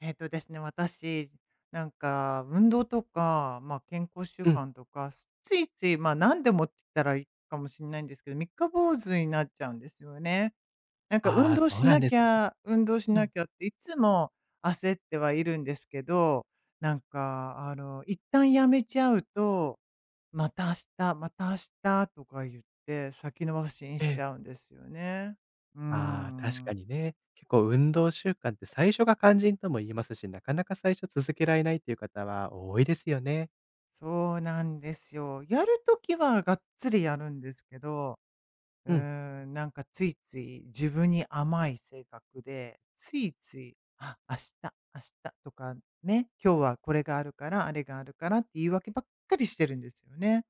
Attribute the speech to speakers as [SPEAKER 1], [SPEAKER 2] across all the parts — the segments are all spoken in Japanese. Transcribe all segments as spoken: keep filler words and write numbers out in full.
[SPEAKER 1] えっとですね、私、なんか運動とか、まあ、健康習
[SPEAKER 2] うん。
[SPEAKER 1] 慣とか、すついつい、まあ、何でもって言ったらいいかもしれないんですけど、三日坊主になっちゃうんですよね。なんか
[SPEAKER 2] あ
[SPEAKER 1] 運
[SPEAKER 2] あ、
[SPEAKER 1] 動
[SPEAKER 2] そう
[SPEAKER 1] し
[SPEAKER 2] なん
[SPEAKER 1] な
[SPEAKER 2] で
[SPEAKER 1] き
[SPEAKER 2] すね。
[SPEAKER 1] ゃ、運動し
[SPEAKER 2] う
[SPEAKER 1] な
[SPEAKER 2] ん。
[SPEAKER 1] きゃっていつも焦ってはいるんですけど、なんか、あの、一旦やめちゃうと、また明日、また明日とか言って先延ばしに
[SPEAKER 2] え
[SPEAKER 1] しち
[SPEAKER 2] え。
[SPEAKER 1] ゃうんですよね。うー
[SPEAKER 2] ああ、確か
[SPEAKER 1] ん。
[SPEAKER 2] にね。結構運動習慣って最初が肝心とも言いますし、なかなか最初続けられないっていう方は多いですよね。
[SPEAKER 1] そうなんですよ。やるときはがっつりやるんですけど、う
[SPEAKER 2] うん、
[SPEAKER 1] ーん、なんかついつい自分に甘い性格で、ついつい、あ、明日、明日とかね、今日はこれがあるから、あれがあるからって言い訳ばっかりしてるんですよね。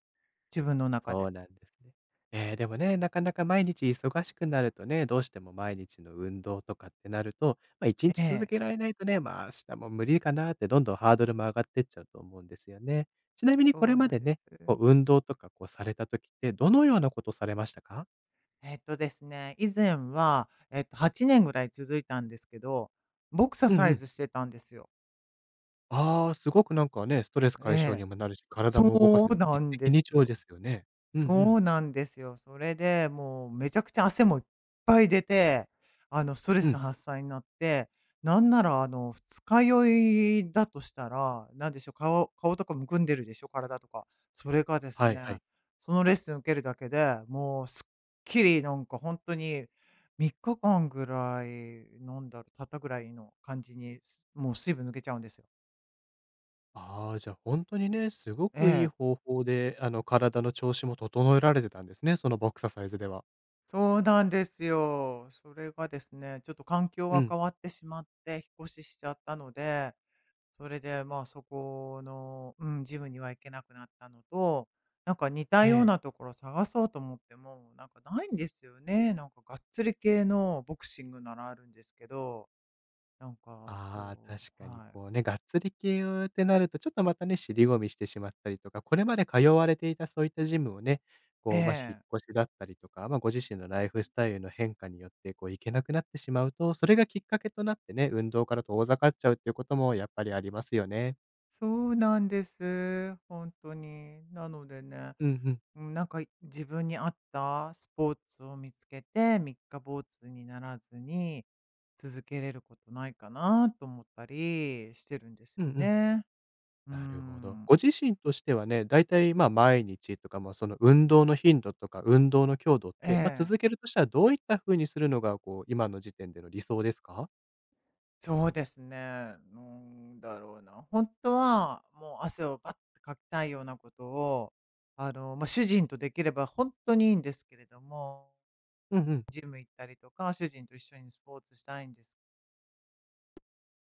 [SPEAKER 1] 自分の中
[SPEAKER 2] そ
[SPEAKER 1] で。
[SPEAKER 2] うなんですね。えーでもね、なかなか毎日忙しくなるとね、どうしても毎日の運動とかってなると、ま、あ、一
[SPEAKER 1] え
[SPEAKER 2] 日続
[SPEAKER 1] え、
[SPEAKER 2] けられないとね、まあ、明日も無理かなってどんどんハードルも上がってっちゃうと思うんですよね。ちなみにこ
[SPEAKER 1] そ
[SPEAKER 2] れ
[SPEAKER 1] う
[SPEAKER 2] ま
[SPEAKER 1] なん
[SPEAKER 2] で
[SPEAKER 1] で
[SPEAKER 2] ね、
[SPEAKER 1] す。
[SPEAKER 2] こう運動とかこうされた時って、どのようなことされましたか？
[SPEAKER 1] えっとですね、以前は、えっと、はちねんぐらい続いたんですけど、ボクサ
[SPEAKER 2] うん
[SPEAKER 1] サ
[SPEAKER 2] う
[SPEAKER 1] イ
[SPEAKER 2] ん。
[SPEAKER 1] ズしてたんですよ。
[SPEAKER 2] ああ、すごくなんかね、ストレス解消
[SPEAKER 1] ええ、
[SPEAKER 2] にもなるし、体
[SPEAKER 1] そ
[SPEAKER 2] も動かせ
[SPEAKER 1] う
[SPEAKER 2] て
[SPEAKER 1] な
[SPEAKER 2] 一
[SPEAKER 1] ん
[SPEAKER 2] 石
[SPEAKER 1] で
[SPEAKER 2] 二
[SPEAKER 1] す
[SPEAKER 2] 鳥で
[SPEAKER 1] よ。
[SPEAKER 2] すよね。うんう
[SPEAKER 1] そ
[SPEAKER 2] ん。
[SPEAKER 1] うなんですよ。それで、もうめちゃくちゃ汗もいっぱい出て、あの、ストレ
[SPEAKER 2] う
[SPEAKER 1] ス
[SPEAKER 2] ん。
[SPEAKER 1] 発散になって、なんなら、あの、二日酔いだとしたら、なんでしょう、顔顔とかむくんでるでしょ、体とか。それがです
[SPEAKER 2] はいは
[SPEAKER 1] ね、
[SPEAKER 2] い。
[SPEAKER 1] そのレッスン受けるだけで、もうすっきりなんか本当にみっかかんぐらい、飲んだろう、たったぐらいの感じに、すもう水分抜けちゃうんですよ。
[SPEAKER 2] ああ、じゃあ本当にね、すご
[SPEAKER 1] え
[SPEAKER 2] くいい
[SPEAKER 1] え。
[SPEAKER 2] 方法で、あの、体の調子も整えられてたんですね、そのボクササイズでは。
[SPEAKER 1] そうなんですよ。それがですね、ちょっと環境
[SPEAKER 2] う
[SPEAKER 1] が変
[SPEAKER 2] ん。
[SPEAKER 1] わってしまって、引っ越ししちゃったので、それで、まあ、そこの、うん、ジムには行けなくなったのと、なんか似た
[SPEAKER 2] え
[SPEAKER 1] ような
[SPEAKER 2] え。
[SPEAKER 1] ところ探そうと思っても、なんかないんですよね。なんかがっつり系のボクシングならあるんですけど、なんか、
[SPEAKER 2] ああ、
[SPEAKER 1] そ
[SPEAKER 2] 確
[SPEAKER 1] う、
[SPEAKER 2] かに
[SPEAKER 1] はい。
[SPEAKER 2] こうね、がっつり系をってなると、ちょっとまたね、尻込みしてしまったりとか、これまで通われていたそういったジムをね、こう、まあ、引っ
[SPEAKER 1] ええ、
[SPEAKER 2] 越しだったりとか、まあ、ご自身のライフスタイルの変化によって、こう、行けなくなってしまうと、それがきっかけとなってね、運動から遠ざかっちゃうっていうこともやっぱりありますよね。
[SPEAKER 1] そうなんです。本当に。なのでね、
[SPEAKER 2] うんうん。
[SPEAKER 1] うん、なんか、い自分に合ったスポーツを見つけて、三日坊主にならずに、続けれることないかなと思ったりしてるんです
[SPEAKER 2] うん
[SPEAKER 1] よ
[SPEAKER 2] うん。
[SPEAKER 1] ね。う
[SPEAKER 2] なるほど。
[SPEAKER 1] ん。
[SPEAKER 2] ご自身としてはね、だいたい、ま、毎日とか、まあ、その運動の頻度とか、運動の強度っ
[SPEAKER 1] え
[SPEAKER 2] て、まあ、
[SPEAKER 1] え。
[SPEAKER 2] 続けるとしたらどういった風にするのが、こう、今の時点での理想ですか？
[SPEAKER 1] そうですね。なんだろうな、本当は、もう汗をバッてかきたいようなことを、あの、まあ、主人とできれば本当にいいんですけれども、
[SPEAKER 2] うんうん。
[SPEAKER 1] ジム行ったりとか、主人と一緒にスポーツしたいんです。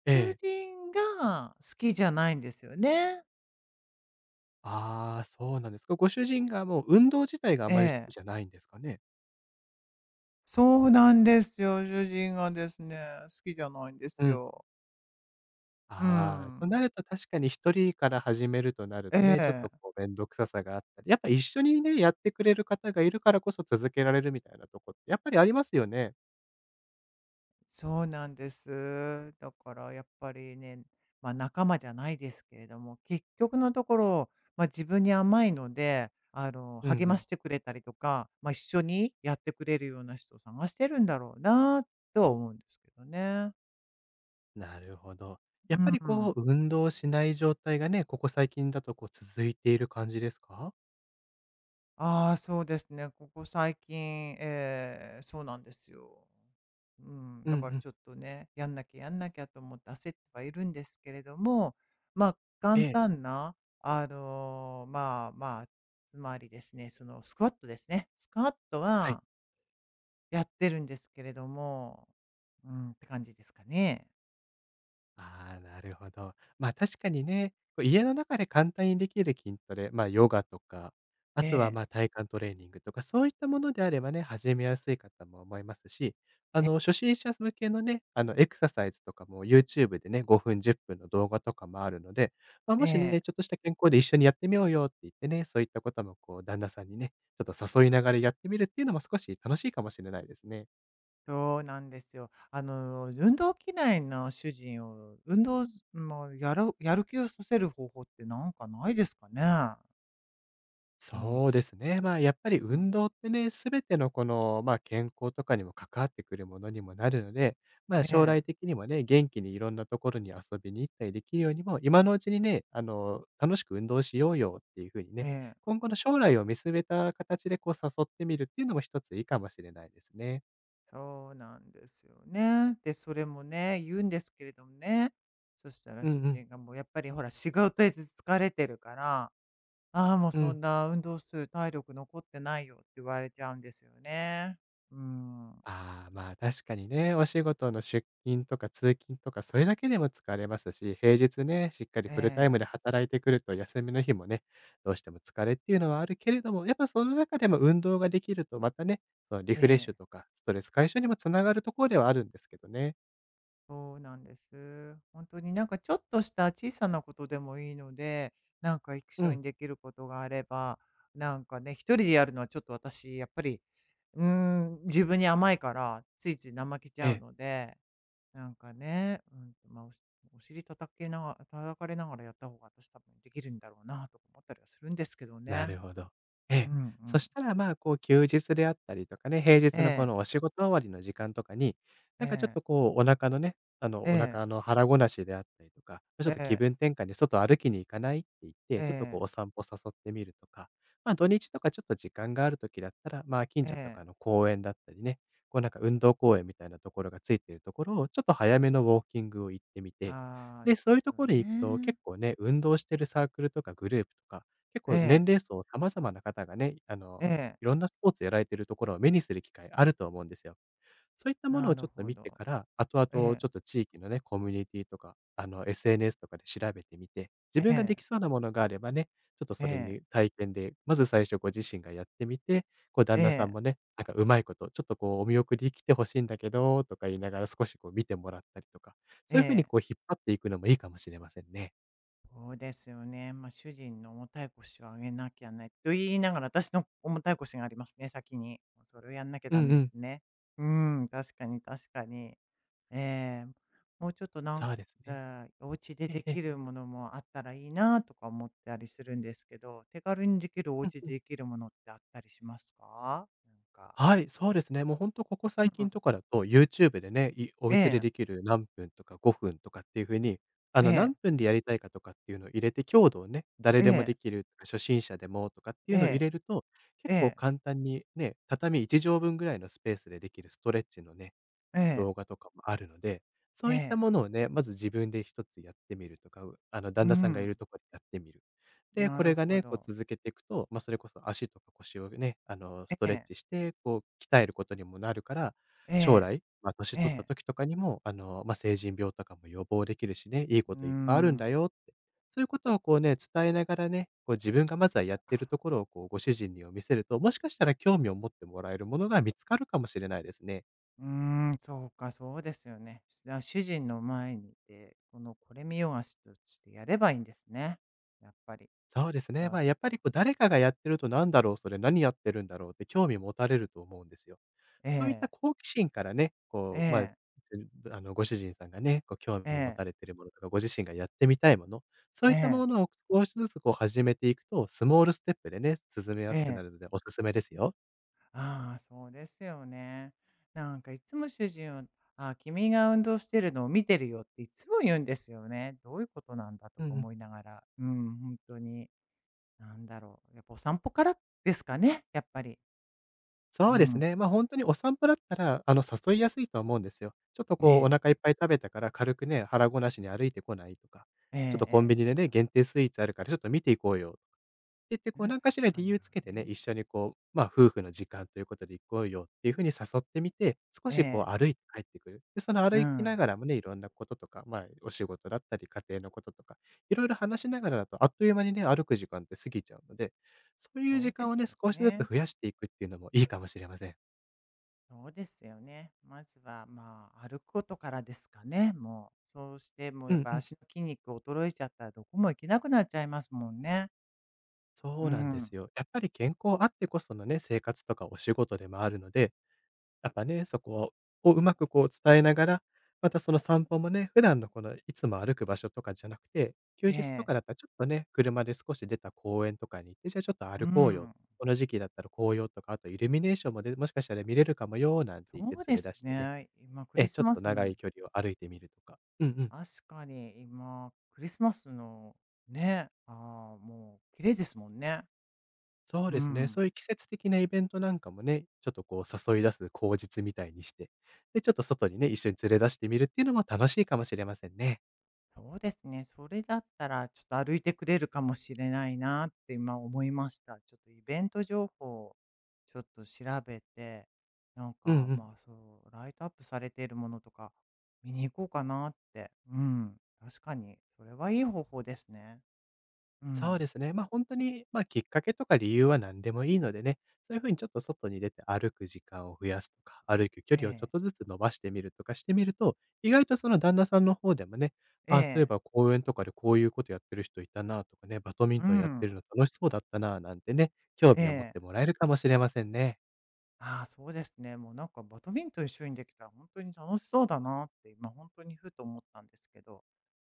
[SPEAKER 2] え
[SPEAKER 1] 主
[SPEAKER 2] え。
[SPEAKER 1] 人が好きじゃないんですよね。
[SPEAKER 2] ああ、そうなんですか。ご主人がもう運動自体があ
[SPEAKER 1] え
[SPEAKER 2] まり好き
[SPEAKER 1] え。
[SPEAKER 2] じゃないんですかね？
[SPEAKER 1] そうなんですよ。主人がですね、好きじゃないんです
[SPEAKER 2] うん。
[SPEAKER 1] よ。う
[SPEAKER 2] ああ、とな
[SPEAKER 1] ん。
[SPEAKER 2] ると確かに一人から始めるとなる
[SPEAKER 1] え
[SPEAKER 2] とね、ちょっと
[SPEAKER 1] え。
[SPEAKER 2] こう面倒くささがあったり、やっぱ一緒にね、やってくれる方がいるからこそ続けられるみたいなとこってやっぱりありますよね？
[SPEAKER 1] そうなんです。だからやっぱりね、ま、仲間じゃないですけれども、結局のところ、ま、自分に甘いので、あの、
[SPEAKER 2] うんう
[SPEAKER 1] 励ま
[SPEAKER 2] ん。
[SPEAKER 1] してくれたりとか、ま、一緒にやってくれるような人を探してるんだろうなとは思うんですけどね。
[SPEAKER 2] なるほど。
[SPEAKER 1] う
[SPEAKER 2] やっぱりこ
[SPEAKER 1] ん。
[SPEAKER 2] う運動しない状態がね、ここ最近だとこう続いている感じですか？
[SPEAKER 1] ああ、そうですね。ここ最近、ええ、そうなんですよ。うん、
[SPEAKER 2] うん
[SPEAKER 1] だ
[SPEAKER 2] う
[SPEAKER 1] から
[SPEAKER 2] ん。
[SPEAKER 1] ちょっとね、やんなきゃやんなきゃと思って焦ってはいるんですけれども、ま、あ
[SPEAKER 2] え
[SPEAKER 1] 簡
[SPEAKER 2] え。
[SPEAKER 1] 単な、あの、まあまあ、つまりですね、そのスクワットですね。スクワット
[SPEAKER 2] はい。
[SPEAKER 1] はやってるんですけれども、うん、って感じですかね。
[SPEAKER 2] ああ、なるほど。ま、確かにね、こう家の中で簡単にできる筋トレ、ま、ヨガとか、あ
[SPEAKER 1] え
[SPEAKER 2] とは、
[SPEAKER 1] え、
[SPEAKER 2] ま、体幹トレーニングとか、そういったものであればね、始めやすいかとも思いますし、あ
[SPEAKER 1] え、
[SPEAKER 2] の、初心者向けのね、あの、エクササイズとかも YouTube でね、ごふん、じゅっぷんの動画とかもあるので、まあ、
[SPEAKER 1] え
[SPEAKER 2] もしね、
[SPEAKER 1] え。
[SPEAKER 2] ちょっとした健康で一緒にやってみようよって言ってね、そういったこともこう旦那さんにね、ちょっと誘いながらやってみるっていうのも少し楽しいかもしれないですね。
[SPEAKER 1] そうなんですよ。あの、運動嫌いな主人を、運動ずもうやるやる気をさせる方法ってなんかないですかね？なん
[SPEAKER 2] そう
[SPEAKER 1] か、
[SPEAKER 2] ですね。まあ、やっぱり
[SPEAKER 1] う
[SPEAKER 2] 運
[SPEAKER 1] ん。
[SPEAKER 2] 動ってね、すべてのこの、まあ、健康とかにも関わってくるものにもなるので、まあ、
[SPEAKER 1] え
[SPEAKER 2] 将
[SPEAKER 1] え、
[SPEAKER 2] 来的にもね、元気にいろんなところに遊びに行ったりできるようにも、今のうちにね、あの、楽しく運動しようよっていうふうに
[SPEAKER 1] え
[SPEAKER 2] ね、
[SPEAKER 1] え、
[SPEAKER 2] 今後の将来を見据えた形でこう誘ってみるっていうのも一ついいかもしれないですね。
[SPEAKER 1] そうなんですよね。で、それもね、言うんですけれどもね、そしたら
[SPEAKER 2] う
[SPEAKER 1] 主
[SPEAKER 2] んうん。
[SPEAKER 1] 人がもうやっぱりほら、仕事で疲れてるから、「ああ、もう
[SPEAKER 2] う
[SPEAKER 1] そ
[SPEAKER 2] ん。
[SPEAKER 1] んな運動する体力残ってないよ」って言われちゃうんですよね。うん。
[SPEAKER 2] ああ、まあ、確かにね、お仕事の出勤とか通勤とか、それだけでも疲れますし、平日ね、しっかり
[SPEAKER 1] え
[SPEAKER 2] フルタイム
[SPEAKER 1] え、
[SPEAKER 2] で働いてくると、休みの日もね、どうしても疲れっていうのはあるけれども、やっぱその中でも運動ができると、またね、そのリ
[SPEAKER 1] え
[SPEAKER 2] フレッシ
[SPEAKER 1] え。
[SPEAKER 2] ュとか、ストレス解消にもつながるところではあるんですけどね。
[SPEAKER 1] そうなんです。本当になんかちょっとした小さなことでもいいので、なんか一
[SPEAKER 2] う
[SPEAKER 1] 緒
[SPEAKER 2] ん。
[SPEAKER 1] にできることがあれば、なんかね、一人でやるのはちょっと私やっぱり、うーん、自分に甘いから、ついつい怠けち
[SPEAKER 2] え
[SPEAKER 1] ゃう
[SPEAKER 2] え。
[SPEAKER 1] ので、なんかね、うん、まあ、おお尻叩けなが叩かれながらやった方が私多分できるんだろうなとか思ったりはするんですけど
[SPEAKER 2] な
[SPEAKER 1] ね。
[SPEAKER 2] るほど。え
[SPEAKER 1] う
[SPEAKER 2] え。
[SPEAKER 1] んう
[SPEAKER 2] そ
[SPEAKER 1] ん。
[SPEAKER 2] したら、まあ、こう、休日であったりとかね、平
[SPEAKER 1] え
[SPEAKER 2] 日のこ
[SPEAKER 1] え、
[SPEAKER 2] のお仕事終わりの時間とかに、
[SPEAKER 1] え
[SPEAKER 2] なんかちょっ
[SPEAKER 1] え、
[SPEAKER 2] とこう、お腹のね、あの、
[SPEAKER 1] え
[SPEAKER 2] お
[SPEAKER 1] え、
[SPEAKER 2] 腹の腹ごなしであったりとか、まちょ
[SPEAKER 1] え
[SPEAKER 2] っと気
[SPEAKER 1] え、
[SPEAKER 2] 分転換に外歩きに行かない？って言っ
[SPEAKER 1] え
[SPEAKER 2] て、ちょっとこ
[SPEAKER 1] え、
[SPEAKER 2] うお散歩誘ってみるとか、まあ、土日とかちょっと時間がある時だったら、まあ、近
[SPEAKER 1] え
[SPEAKER 2] 所と
[SPEAKER 1] え。
[SPEAKER 2] かの公園だったりね、こうなんか運動公園みたいなところがついているところを、ちょっと早めのウォーキングを行ってみて、
[SPEAKER 1] ああ、なる
[SPEAKER 2] で、そういうと
[SPEAKER 1] ほど
[SPEAKER 2] ころに行くと、
[SPEAKER 1] ね。
[SPEAKER 2] 結構ね、運動してるサークルとかグループとか結
[SPEAKER 1] え
[SPEAKER 2] 構年
[SPEAKER 1] え。
[SPEAKER 2] 齢層様々な方がね、あ
[SPEAKER 1] え
[SPEAKER 2] の、
[SPEAKER 1] え、
[SPEAKER 2] いろんなスポーツやられてるところを目にする機会あると思うんですよ。そういったもの
[SPEAKER 1] な
[SPEAKER 2] を
[SPEAKER 1] る
[SPEAKER 2] ちょっと
[SPEAKER 1] ほ
[SPEAKER 2] 見て
[SPEAKER 1] ど。
[SPEAKER 2] から、後々
[SPEAKER 1] え
[SPEAKER 2] ち
[SPEAKER 1] え、
[SPEAKER 2] ょっと地域のね、コミュニティとか、あの、エスエヌエス とかで調べてみて、自
[SPEAKER 1] え
[SPEAKER 2] 分がで
[SPEAKER 1] え、
[SPEAKER 2] きそうなものがあればね、ちょっとそ
[SPEAKER 1] え
[SPEAKER 2] れ
[SPEAKER 1] え、
[SPEAKER 2] に体験で、まず最初ご自身がやってみて、こう旦
[SPEAKER 1] え
[SPEAKER 2] 那さん
[SPEAKER 1] え、
[SPEAKER 2] もね、なんかうまいこと、ちょっとこうお見送り来てほしいんだけど、とか言いながら少しこう見てもらったりとか、
[SPEAKER 1] え
[SPEAKER 2] そういう風に
[SPEAKER 1] え。
[SPEAKER 2] こう引っ張っていくのもいいかもしれませんね。
[SPEAKER 1] そうですよね。まあ、主人の重たい腰を上げなきゃねと言いながら、私の重たい腰がありますね、先に。それをやんなきゃ
[SPEAKER 2] う
[SPEAKER 1] ダメ
[SPEAKER 2] んう
[SPEAKER 1] です
[SPEAKER 2] ん、
[SPEAKER 1] ね。うん、確かに確かに。ええ、もうちょっとなん
[SPEAKER 2] そうですね。
[SPEAKER 1] だ、お家で
[SPEAKER 2] え
[SPEAKER 1] で
[SPEAKER 2] ええ
[SPEAKER 1] き
[SPEAKER 2] え。
[SPEAKER 1] るものもあったらいいなとか思ったりするんですけど、手軽にできるお
[SPEAKER 2] う
[SPEAKER 1] 家
[SPEAKER 2] んう
[SPEAKER 1] で
[SPEAKER 2] ん。
[SPEAKER 1] できるものってあったりしますか？なんか。
[SPEAKER 2] はい、そうですね。もう本当ここ最
[SPEAKER 1] うん、
[SPEAKER 2] 近とかだと、YouTube でね、いお
[SPEAKER 1] え
[SPEAKER 2] 家で
[SPEAKER 1] え、
[SPEAKER 2] できる何分とかごふんとかっていう風に、あ
[SPEAKER 1] え
[SPEAKER 2] の、
[SPEAKER 1] え、
[SPEAKER 2] 何分でやりたいかとかっていうのを入れて、強度をね、誰
[SPEAKER 1] え
[SPEAKER 2] でも
[SPEAKER 1] え、
[SPEAKER 2] できるとか、初心者でもとかってい
[SPEAKER 1] え
[SPEAKER 2] うのを入
[SPEAKER 1] え。
[SPEAKER 2] れると、
[SPEAKER 1] え
[SPEAKER 2] 結構
[SPEAKER 1] え、
[SPEAKER 2] 簡単にね、畳いち畳分ぐらいのスペースでできるストレッチのね、
[SPEAKER 1] ええ、
[SPEAKER 2] 動画とかもあるので、そ
[SPEAKER 1] え
[SPEAKER 2] ういった
[SPEAKER 1] え、
[SPEAKER 2] ものをね、まず自分で一つやってみるとか、うあの、
[SPEAKER 1] う
[SPEAKER 2] 旦那さんがい
[SPEAKER 1] ん、
[SPEAKER 2] るところでやってみる。で、
[SPEAKER 1] な
[SPEAKER 2] こ
[SPEAKER 1] る
[SPEAKER 2] れが
[SPEAKER 1] ほ
[SPEAKER 2] ね、こう
[SPEAKER 1] ど。
[SPEAKER 2] 続けていくと、まあ、それこそ足とか腰をね、あの、スト
[SPEAKER 1] え
[SPEAKER 2] レッ
[SPEAKER 1] え、
[SPEAKER 2] チして、こう鍛えることにもなるから、
[SPEAKER 1] え
[SPEAKER 2] 将
[SPEAKER 1] え、
[SPEAKER 2] 来、まあ、年
[SPEAKER 1] え
[SPEAKER 2] 取った
[SPEAKER 1] え、
[SPEAKER 2] 時とかにも、あの、まあ、成人病とかも予防できるしね、いい
[SPEAKER 1] う
[SPEAKER 2] こ
[SPEAKER 1] ー
[SPEAKER 2] といっぱいあるんだ
[SPEAKER 1] ん。
[SPEAKER 2] よって。そういうことをこうね、伝えながらね、こう自分がまずはやってるところをこうご主人にを見せると、もしかしたら興味を持ってもらえるものが見つかるかもしれないですね。
[SPEAKER 1] うーん、そうか、そうですよね。じゃあ主人の前にいて、このこれ見よがしとしてやればいいんですね。やっぱり。
[SPEAKER 2] そうです
[SPEAKER 1] ち
[SPEAKER 2] ね。
[SPEAKER 1] ょ
[SPEAKER 2] ま
[SPEAKER 1] っ
[SPEAKER 2] あ、やっぱ
[SPEAKER 1] と。
[SPEAKER 2] りこう誰かがやってるとなんだろう、それ何やってるんだろうって興味持たれると思うんですよ。
[SPEAKER 1] え
[SPEAKER 2] そういった
[SPEAKER 1] え、
[SPEAKER 2] 好奇心からね、
[SPEAKER 1] え
[SPEAKER 2] こう、まあ、
[SPEAKER 1] え、
[SPEAKER 2] あの、ご主人さんがね、こう興
[SPEAKER 1] え
[SPEAKER 2] 味持
[SPEAKER 1] え、
[SPEAKER 2] たれてるものとか、ご自身がやってみたいもの、そう
[SPEAKER 1] え
[SPEAKER 2] いった
[SPEAKER 1] え、
[SPEAKER 2] ものを少しずつこう始めていくと、スモールステップでね、進めや
[SPEAKER 1] え
[SPEAKER 2] すくな
[SPEAKER 1] え。
[SPEAKER 2] るのでおすすめですよ。
[SPEAKER 1] ああ、そうですよね。なんかいつも主人は、あ、君が運動してるのを見てるよっていつも言うんですよね。どういうことなんだと
[SPEAKER 2] う
[SPEAKER 1] か
[SPEAKER 2] んうん。
[SPEAKER 1] 思いながら。うん、本当に。なんだろう、やっぱお散歩からですかね、やっぱり。う
[SPEAKER 2] そうです
[SPEAKER 1] ん。
[SPEAKER 2] ね。ま、あ本当にお散歩だったら、あの、誘いやすいとは思うんですよ。ちょっと
[SPEAKER 1] ね
[SPEAKER 2] こう、お
[SPEAKER 1] え。
[SPEAKER 2] 腹いっぱい食べたから、軽くね、腹ごなしに歩いてこない？とか、
[SPEAKER 1] ええ
[SPEAKER 2] ちょっとコン
[SPEAKER 1] え
[SPEAKER 2] ビニ
[SPEAKER 1] ええ
[SPEAKER 2] でね、限定スイーツあるからちょっと見ていこうよ言って、
[SPEAKER 1] え。
[SPEAKER 2] こう 何かしら
[SPEAKER 1] あ、
[SPEAKER 2] 理
[SPEAKER 1] な
[SPEAKER 2] 由
[SPEAKER 1] る
[SPEAKER 2] つ
[SPEAKER 1] ほ
[SPEAKER 2] け
[SPEAKER 1] ど
[SPEAKER 2] てね、
[SPEAKER 1] ね。
[SPEAKER 2] 一緒にこう、まあ、夫婦の時間ということで行こうよっていう風に誘ってみて、少
[SPEAKER 1] え
[SPEAKER 2] しこ
[SPEAKER 1] え。
[SPEAKER 2] う歩いて帰ってくる。で、その
[SPEAKER 1] う
[SPEAKER 2] 歩きな
[SPEAKER 1] ん。
[SPEAKER 2] がらもね、いろんなこととか、まあ、お仕事だったり、家庭のこととか、いろいろ話しながらだと、あっという間にね、歩く時間って過ぎちゃうので、そういう
[SPEAKER 1] そう
[SPEAKER 2] 時
[SPEAKER 1] で
[SPEAKER 2] 間を
[SPEAKER 1] す
[SPEAKER 2] ね、
[SPEAKER 1] よ
[SPEAKER 2] 少しずつ
[SPEAKER 1] ね。
[SPEAKER 2] 増やしていくっていうのもいいかもしれません。
[SPEAKER 1] そうですよね。まずは、まあ、歩くことからですかね、もう。そうしてもう
[SPEAKER 2] う
[SPEAKER 1] やっ
[SPEAKER 2] ん
[SPEAKER 1] ぱ
[SPEAKER 2] うん。
[SPEAKER 1] 足の筋肉衰えちゃったらどこも行けなくなっちゃいますもんね。
[SPEAKER 2] そ
[SPEAKER 1] う
[SPEAKER 2] うなんで
[SPEAKER 1] ん。
[SPEAKER 2] すよ。やっぱり健康あってこそのね、生活とかお仕事でもあるのでやっぱね、そこをうまくこう伝えながら、またその散歩もね、普段のこのいつも歩く場所とかじゃなくて、休
[SPEAKER 1] え
[SPEAKER 2] 日と
[SPEAKER 1] え。
[SPEAKER 2] かだったらちょっとね、車で少し出た公園とかに行って、じゃあちょっと
[SPEAKER 1] う
[SPEAKER 2] 歩こうよ。
[SPEAKER 1] ん。
[SPEAKER 2] この時期だったら紅葉とか、あとイルミネーションもでもしかしたら見れるかもよ、なんて言っ
[SPEAKER 1] そ
[SPEAKER 2] て
[SPEAKER 1] う
[SPEAKER 2] 連
[SPEAKER 1] で
[SPEAKER 2] れ
[SPEAKER 1] す
[SPEAKER 2] 出してね、
[SPEAKER 1] ね。今ク
[SPEAKER 2] え
[SPEAKER 1] リ
[SPEAKER 2] え、ち
[SPEAKER 1] ス
[SPEAKER 2] ょっ
[SPEAKER 1] マ
[SPEAKER 2] と
[SPEAKER 1] ス
[SPEAKER 2] 長
[SPEAKER 1] の
[SPEAKER 2] い距離を歩いてみるとか。うんうん。
[SPEAKER 1] 確かに今、クリスマスのね、ああ、もう綺麗ですもんね。
[SPEAKER 2] そう
[SPEAKER 1] う
[SPEAKER 2] ですね、
[SPEAKER 1] ん。
[SPEAKER 2] そういう季節的なイベントなんかもね、ちょっとこう誘い出す口実みたいにして、で、ちょっと外にね、一緒に連れ出してみるっていうのも楽しいかもしれませんね。
[SPEAKER 1] そうですね。それだったら、ちょっと歩いてくれるかもしれないなって今思いました。ちょっとイベント情報、ちょっと調べて、なん
[SPEAKER 2] うん
[SPEAKER 1] か、
[SPEAKER 2] うん。
[SPEAKER 1] まあ、そう、ライトアップされているものとか、見に行こうかなって。うん。確かに、それはいい方法ですね。う
[SPEAKER 2] そうで
[SPEAKER 1] ん。
[SPEAKER 2] すね。ま、あ本当に、ま、きっかけとか理由は何でもいいのでね、そういう風にちょっと外に出て歩く時間を増やすとか、歩く距
[SPEAKER 1] え
[SPEAKER 2] 離をちょっ
[SPEAKER 1] え、
[SPEAKER 2] とずつ伸ばしてみるとかしてみると、意外とその旦那さんの方でもね、
[SPEAKER 1] え
[SPEAKER 2] あ、そういえ
[SPEAKER 1] え、
[SPEAKER 2] ば公園とかでこういうことやってる人いたなとかね、バドミン
[SPEAKER 1] う
[SPEAKER 2] トンやって
[SPEAKER 1] ん、
[SPEAKER 2] るの楽しそうだったななんてね、興
[SPEAKER 1] え
[SPEAKER 2] 味を持っ
[SPEAKER 1] え。
[SPEAKER 2] てもらえるかもしれませんね。
[SPEAKER 1] ああ、そうですね。もうなんかバドミントン一緒にできたら本当に楽しそうだなって今本当にふと思ったんですけど。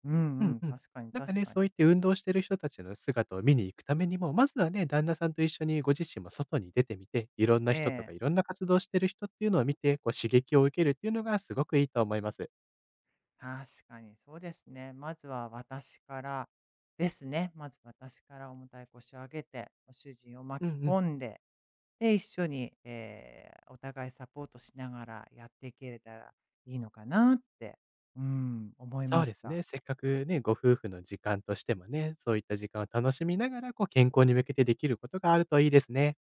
[SPEAKER 1] う
[SPEAKER 2] う
[SPEAKER 1] んう
[SPEAKER 2] ん
[SPEAKER 1] ん、
[SPEAKER 2] うん。
[SPEAKER 1] 確かに
[SPEAKER 2] なんか
[SPEAKER 1] 確
[SPEAKER 2] ね、
[SPEAKER 1] かに。
[SPEAKER 2] そういって運動してる人たちの姿を見に行くためにも、まずはね、旦那さんと一緒にご自身も外に出てみて、いろんな
[SPEAKER 1] え
[SPEAKER 2] 人とか
[SPEAKER 1] え、
[SPEAKER 2] いろんな活動してる人っていうのを見て、こう刺激を受けるっていうのがすごくいいと思います。
[SPEAKER 1] 確かにそうですね。まずは私からですね。まず私から重たい腰を上げて、主人を
[SPEAKER 2] うん
[SPEAKER 1] 巻き
[SPEAKER 2] うん。
[SPEAKER 1] 込んで、で、一緒に、えーお互いサポートしながらやっていけれたらいいのかなって、うん、思い
[SPEAKER 2] そ
[SPEAKER 1] ま
[SPEAKER 2] うで
[SPEAKER 1] し
[SPEAKER 2] すね。
[SPEAKER 1] た。
[SPEAKER 2] せっかくね、ご夫婦の時間としてもね、そういった時間を楽しみながら、こう健康に向けてできることがあるといいですね。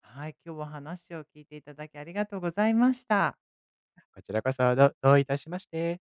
[SPEAKER 1] はい、今日は話を聞いていただきありがとうございました。
[SPEAKER 2] こちらこそどどういたしまして。